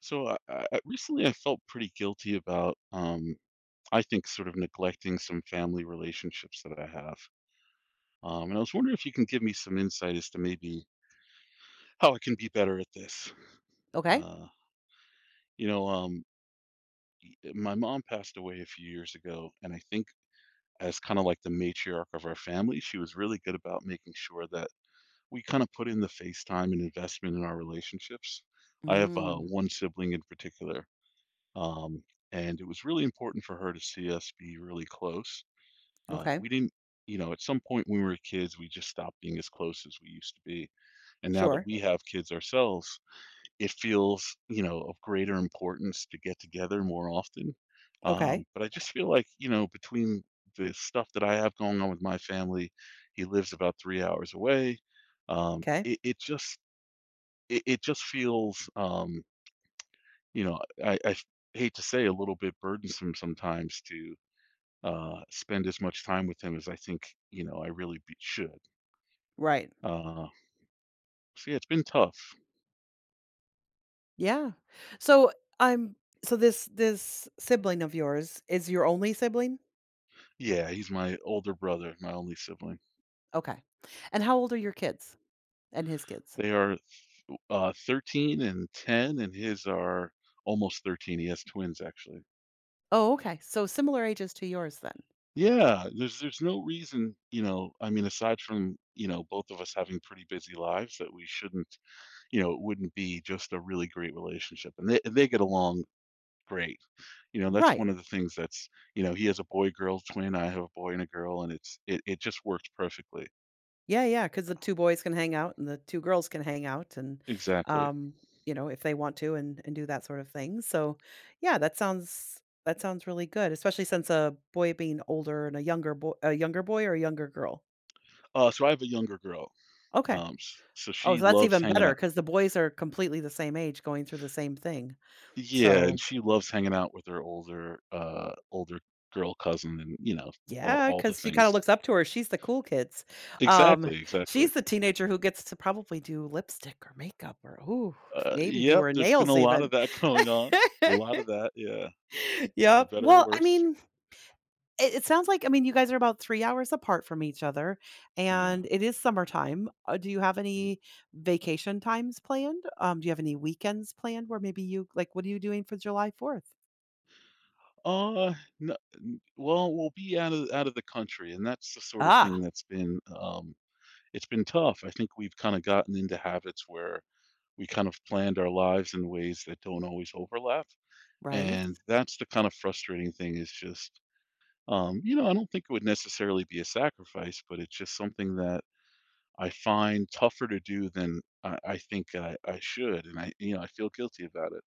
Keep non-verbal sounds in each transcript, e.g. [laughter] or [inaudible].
So recently, I felt pretty guilty about, I think, sort of neglecting some family relationships that I have. And I was wondering if you can give me some insight as to maybe how I can be better at this. Okay. Uh, you know, um, my mom passed away a few years ago, and I think as kind of like the matriarch of our family, she was really good about making sure that we kind of put in the face time and investment in our relationships. I have Mm, one sibling in particular. Um, and it was really important for her to see us be really close. Okay. We didn't, you know, At some point when we were kids, we just stopped being as close as we used to be. And now that Sure. we have kids ourselves, it feels, of greater importance to get together more often. Okay. But I just feel like, between the stuff that I have going on with my family, he lives about 3 hours away. Um, Okay. it, it just, it just feels, you know, I f hate to say, a little bit burdensome sometimes to, spend as much time with him as I think, I really be should. Right. Uh, so yeah, it's been tough. Yeah. So, I'm so this sibling of yours is your only sibling? Yeah, he's my older brother, my only sibling. Okay. And how old are your kids and his kids? They are, 13 and 10, and his are almost 13. He has twins, actually. Oh, okay. So similar ages to yours then. Yeah, there's no reason, I mean, aside from, both of us having pretty busy lives that we shouldn't, it wouldn't be just a really great relationship, and they get along great. You know, that's Right. one of the things that's, he has a boy-girl twin, I have a boy and a girl, and it just works perfectly. Yeah, yeah, because the two boys can hang out and the two girls can hang out and, Exactly. um, if they want to and do that sort of thing. So, yeah, that sounds really good, especially since a boy being older and a younger boy or a younger girl? So I have a younger girl, Okay. S so Oh, she so that's loves even hanging better out. because the boys are completely the same age going through the same thing. Yeah, and So she loves hanging out with her older girl cousin and, all Yeah, all the because she kinda things. looks up to her, she's the cool kids. Um, Exactly, exactly. she's the teenager who gets to probably do lipstick or makeup or, ooh, maybe do Yep, her there's been a nails lot even. of that [laughs] going on, a lot of [laughs] that, yeah, for Yep. better or Well, I worse. mean, it sounds like I mean, you guys are about 3 hours apart from each other, Yeah. and it is summertime. Do you have any vacation times planned? Do you have any weekends planned where maybe you like, what are you doing for July 4th? Uh, no n Well, we'll be out of the country, and that's the sort of Ah, thing that's been. It's been tough. I think we've kinda gotten into habits where we kind of planned our lives in ways that don't always overlap, right, and that's the kind of frustrating thing is just, I don't think it would necessarily be a sacrifice, but it's just something that I find tougher to do than I think I should, and I feel guilty about it.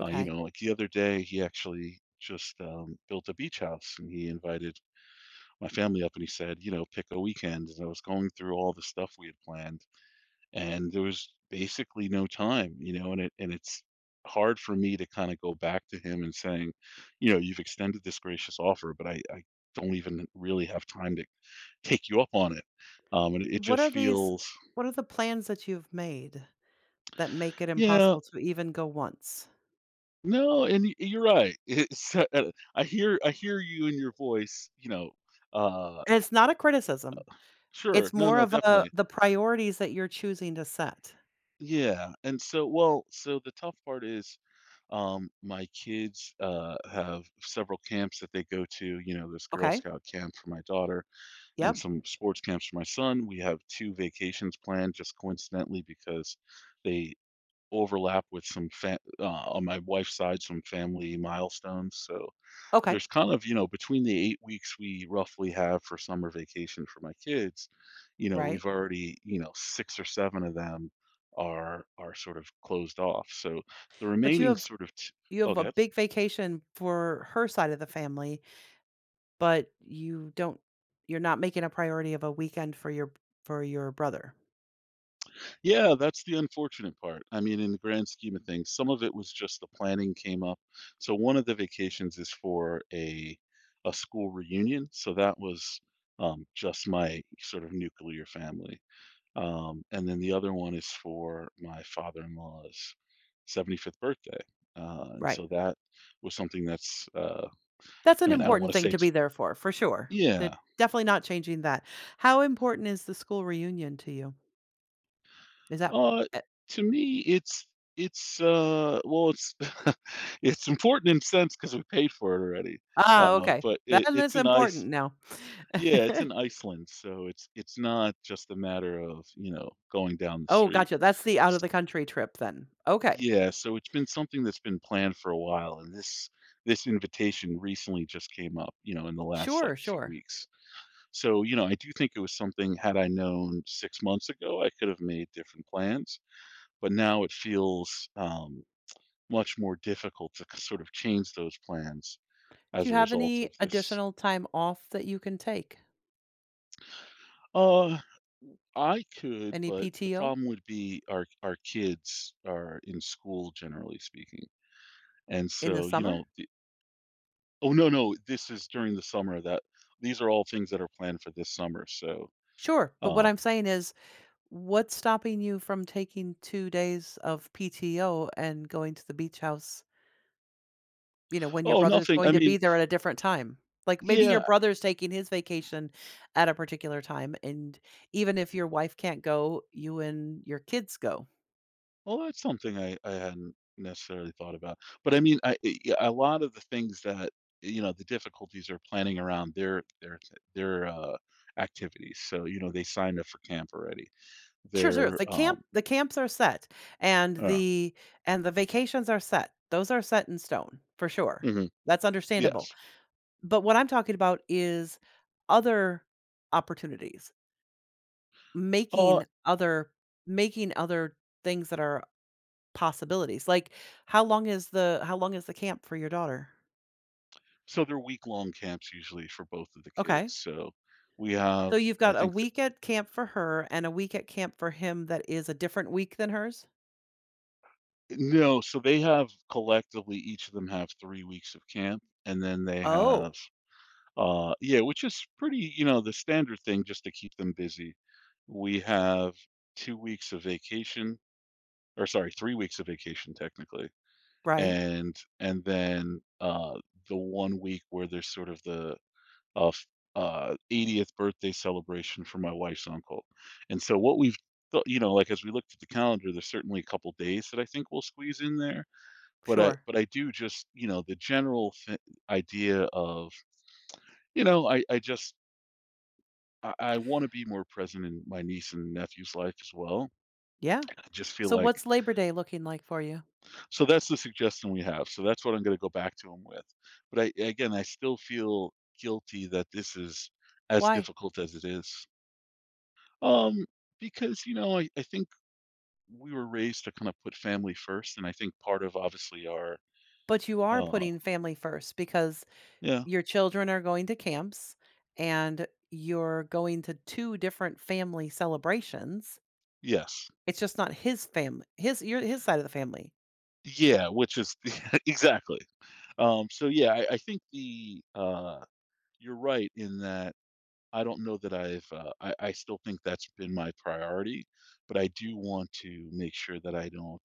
Like the other day, he actually just built a beach house and he invited my family up and he said, you know, pick a weekend. And I was going through all the stuff we had planned and there was basically no time, and it's hard for me to kind of go back to him and saying, you know, you've extended this gracious offer, but I don't even really have time to take you up on it. And it What just are these feels, what are the plans that you've made that make it yeah. impossible to even go once? No, and y you're right. It's, I hear you in your voice, you know, uh, And it's not a criticism. sure, It's no, more no, of a definitely. the priorities that you're choosing to set. Yeah, and so the tough part is, my kids, have several camps that they go to, there's Girl Okay. Scout camp for my daughter and Yep. some sports camps for my son. We have two vacations planned just coincidentally because they overlap with some fa on my wife's side, some family milestones, so Okay. there's kind of, between the 8 weeks we roughly have for summer vacation for my kids, Right. we've already, six or seven of them are sort of closed off. So the But you remaining have sort of t you Oh, have a good. big vacation for her side of the family, but you're not making a priority of a weekend for your brother. Yeah, that's the unfortunate part. I mean, in the grand scheme of things, some of it was just the planning came up. So one of the vacations is for a school reunion, so that was, just my sort of nuclear family. And then the other one is for my father-in-law's 75th birthday. And Right. so that was something that's, That's I an mean, I don't important want to thing say to it's, be there for sure. They're yeah. definitely not changing that. How important is the school reunion to you? Is that Uh, eh, to me, it's, it's, uh, well, it's, [laughs] it's important in a sense because we paid for it already. ah, Uh, Okay. but it, it's That's in ice. important now. Yeah, [laughs] it's in Iceland, so it's not just a matter of, going down the Oh, street. gotcha. That's the out of the country trip then. Okay. Yeah, so it's been something that's been planned for a while, and this invitation recently just came up, in the last like Sure, 2 sure. weeks. So, I do think it was something had I known 6 months ago, I could have made different plans, but now it feels much more difficult to sort of change those plans Do as you a have result any of this. additional time off that you can take? Uh, I could, Any but the PTO problem would be our kids are in school generally speaking. And in the so, summer? Oh, no, no, this is during the summer that these are all things that are planned for this summer, so, Sure. But what um I'm saying is, what's stopping you from taking 2 days of PTO and going to the beach house, when your oh, brother's nothing, going I to be mean. there at a different time? Like maybe your Yeah, brother's taking his vacation at a particular time. And even if your wife can't go, you and your kids go. well, that's something I hadn't necessarily thought about, but I mean, yeah, a lot of the things that, the difficulties are planning around their activities, so, they signed up for camp already. Sure, sure. They're, The camp the camps are set, and uh, the vacations are set. Those are set in stone, for sure. mhm, That's understandable. yes. But what I'm talking about is other opportunities, uh, making other making other things that are possibilities. Like, how long is the camp for your daughter? so they're week-long camps usually for both of the Okay. kids, so we So have you've I got a think week at camp for her and a week at camp for him that is a different week than hers? No, so they have collectively each of them have 3 weeks of camp, and then they have, Oh, yeah, which is pretty, the standard thing just to keep them busy. We have 2 weeks of vacation or sorry, 3 weeks of vacation technically, right. and then, the 1 week where there's sort of the, f 80th birthday celebration for my wife's uncle, and so what we've thought, like, as we looked at the calendar, there's certainly a couple days that I think we'll squeeze in there, but I Sure. but I do just, the general th idea of, I just I wanna be more present in my niece and nephew's life as well. Yeah. I just feel So like, what's Labor Day looking like for you? so that's the suggestion we have, so that's what I'm gonna go back to him with. But I, again, I still feel guilty that this is as Why? difficult as it is. Um, because, I think we were raised to kind of put family first, and I think part of obviously our But you are uh, putting family first because yeah, your children are going to camps and you're going to two different family celebrations. yes. It's just not his family, his side of the family. Yeah, which is [laughs] exactly. So yeah, I think the, you're right in that I don't know that I've, I still think that's been my priority, but I do want to make sure that I don't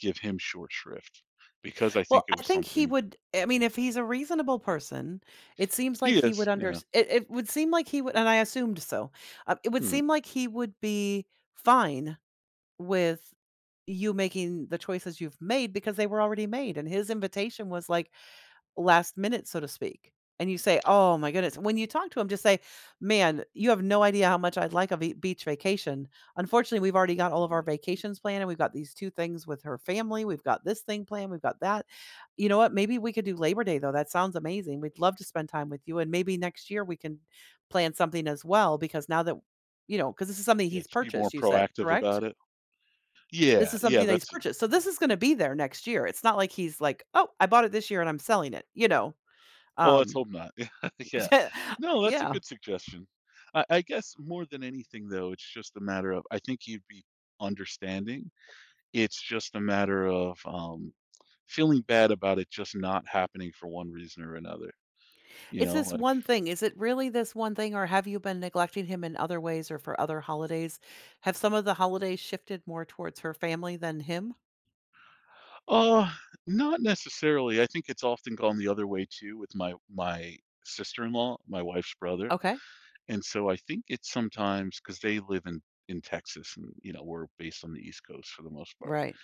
give him short shrift because I think Well, it I was think he something. would. I mean, if he's a reasonable person, it seems like He he would is. under. Yeah. It would seem like he would, and I assumed so. It would Hmm. seem like he would be fine with you making the choices you've made, because they were already made, and his invitation was like last minute, so to speak, and you say, oh my goodness, when you talk to him, just say, man, you have no idea how much I'd like a beach vacation. Unfortunately, we've already got all of our Hmm. vacations planned, and we've got these two things with her family, we've got this thing planned, we've got that. You know what, maybe we could do Labor Day, though. That sounds amazing. We'd love to spend time with you, and maybe next year we can plan something as well, because now that you know, because this is something Yeah, he's to be more purchased, you said, proactive correct? about it. This Yeah, is yeah, something that he's that's purchased. So this is gonna y- be there next year. It's not like he's like, "Oh, I bought it this year and I'm selling it," you know? oh, let's Um, hope not. [laughs] Yeah. No, [laughs] that's a yeah. good suggestion. I guess more than anything though, it's just a matter of I think you'd be understanding. It's just a matter of, feeling bad about it just not happening for one reason or another, It's this like, one thing. Is it really this one thing, or have you been neglecting him in other ways or for other holidays? Have some of the holidays shifted more towards her family than him? "Oh, not necessarily." I think it's often gone the other way too with my sister-in-law, my wife's brother, Okay. and so I think it's sometimes because they live in Texas and, we're based on the East Coast for the most part. Right.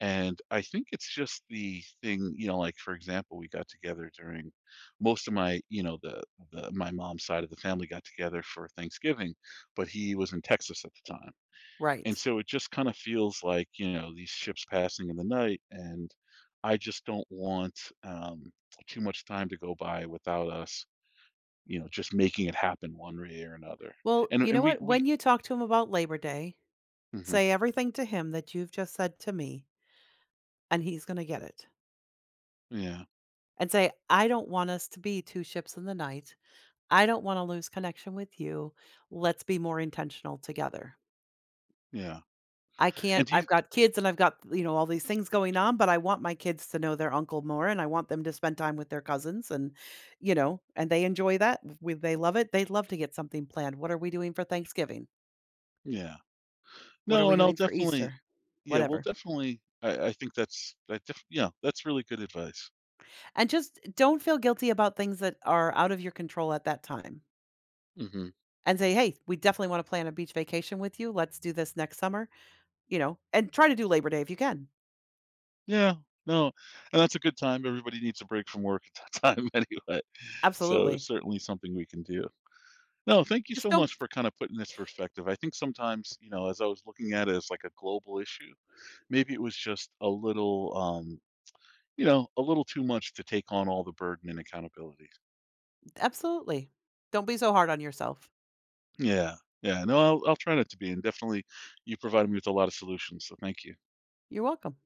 And I think it's just the thing, like for example, we got together during most of my, you know, the my mom's side of the family got together for Thanksgiving, but he was in Texas at the time. And Right. so it just kind of feels like, these ships passing in the night and I just don't want too much time to go by without us, just making it happen one way or another. Well, And you know and we what? we When you talk to him about Labor Day, Mhm, say everything to him that you've just said to me, and he's gonna get it. yeah, And say, "I don't want us to be two ships in the night. I don't wanna lose connection with you. Let's be more intentional together. yeah. I And can't do I've you. got kids and I've got, all these things going on, but I want my kids to know their uncle more and I want them to spend time with their cousins and they enjoy that. We They love it. They'd love to get something planned. What are we doing for Thanksgiving? Yeah. What are No, we and I'll doing for definitely. Easter? Yeah, well, Whatever. definitely, I think that's I def yeah, that's really good advice. And just don't feel guilty about things that are out of your control at that time Mhm. and say, "Hey, we definitely wanna plan a beach vacation with you. Let's do this next summer," and try to do Labor Day if you can. Yeah, no, and that's a good time, everybody needs a break from work at that [laughs] time anyway, so it's Absolutely. certainly something we can do. No, thank you Just so don't much for kinda putting this perspective. I think sometimes, as I was looking at it as, like, a global issue, maybe it was just a little, a little too much to take on all the burden and accountability. Absolutely. Don't be so hard on yourself. Yeah, yeah, no, I'll try not to be, and definitely you provided me with a lot of solutions, so thank you. You're welcome.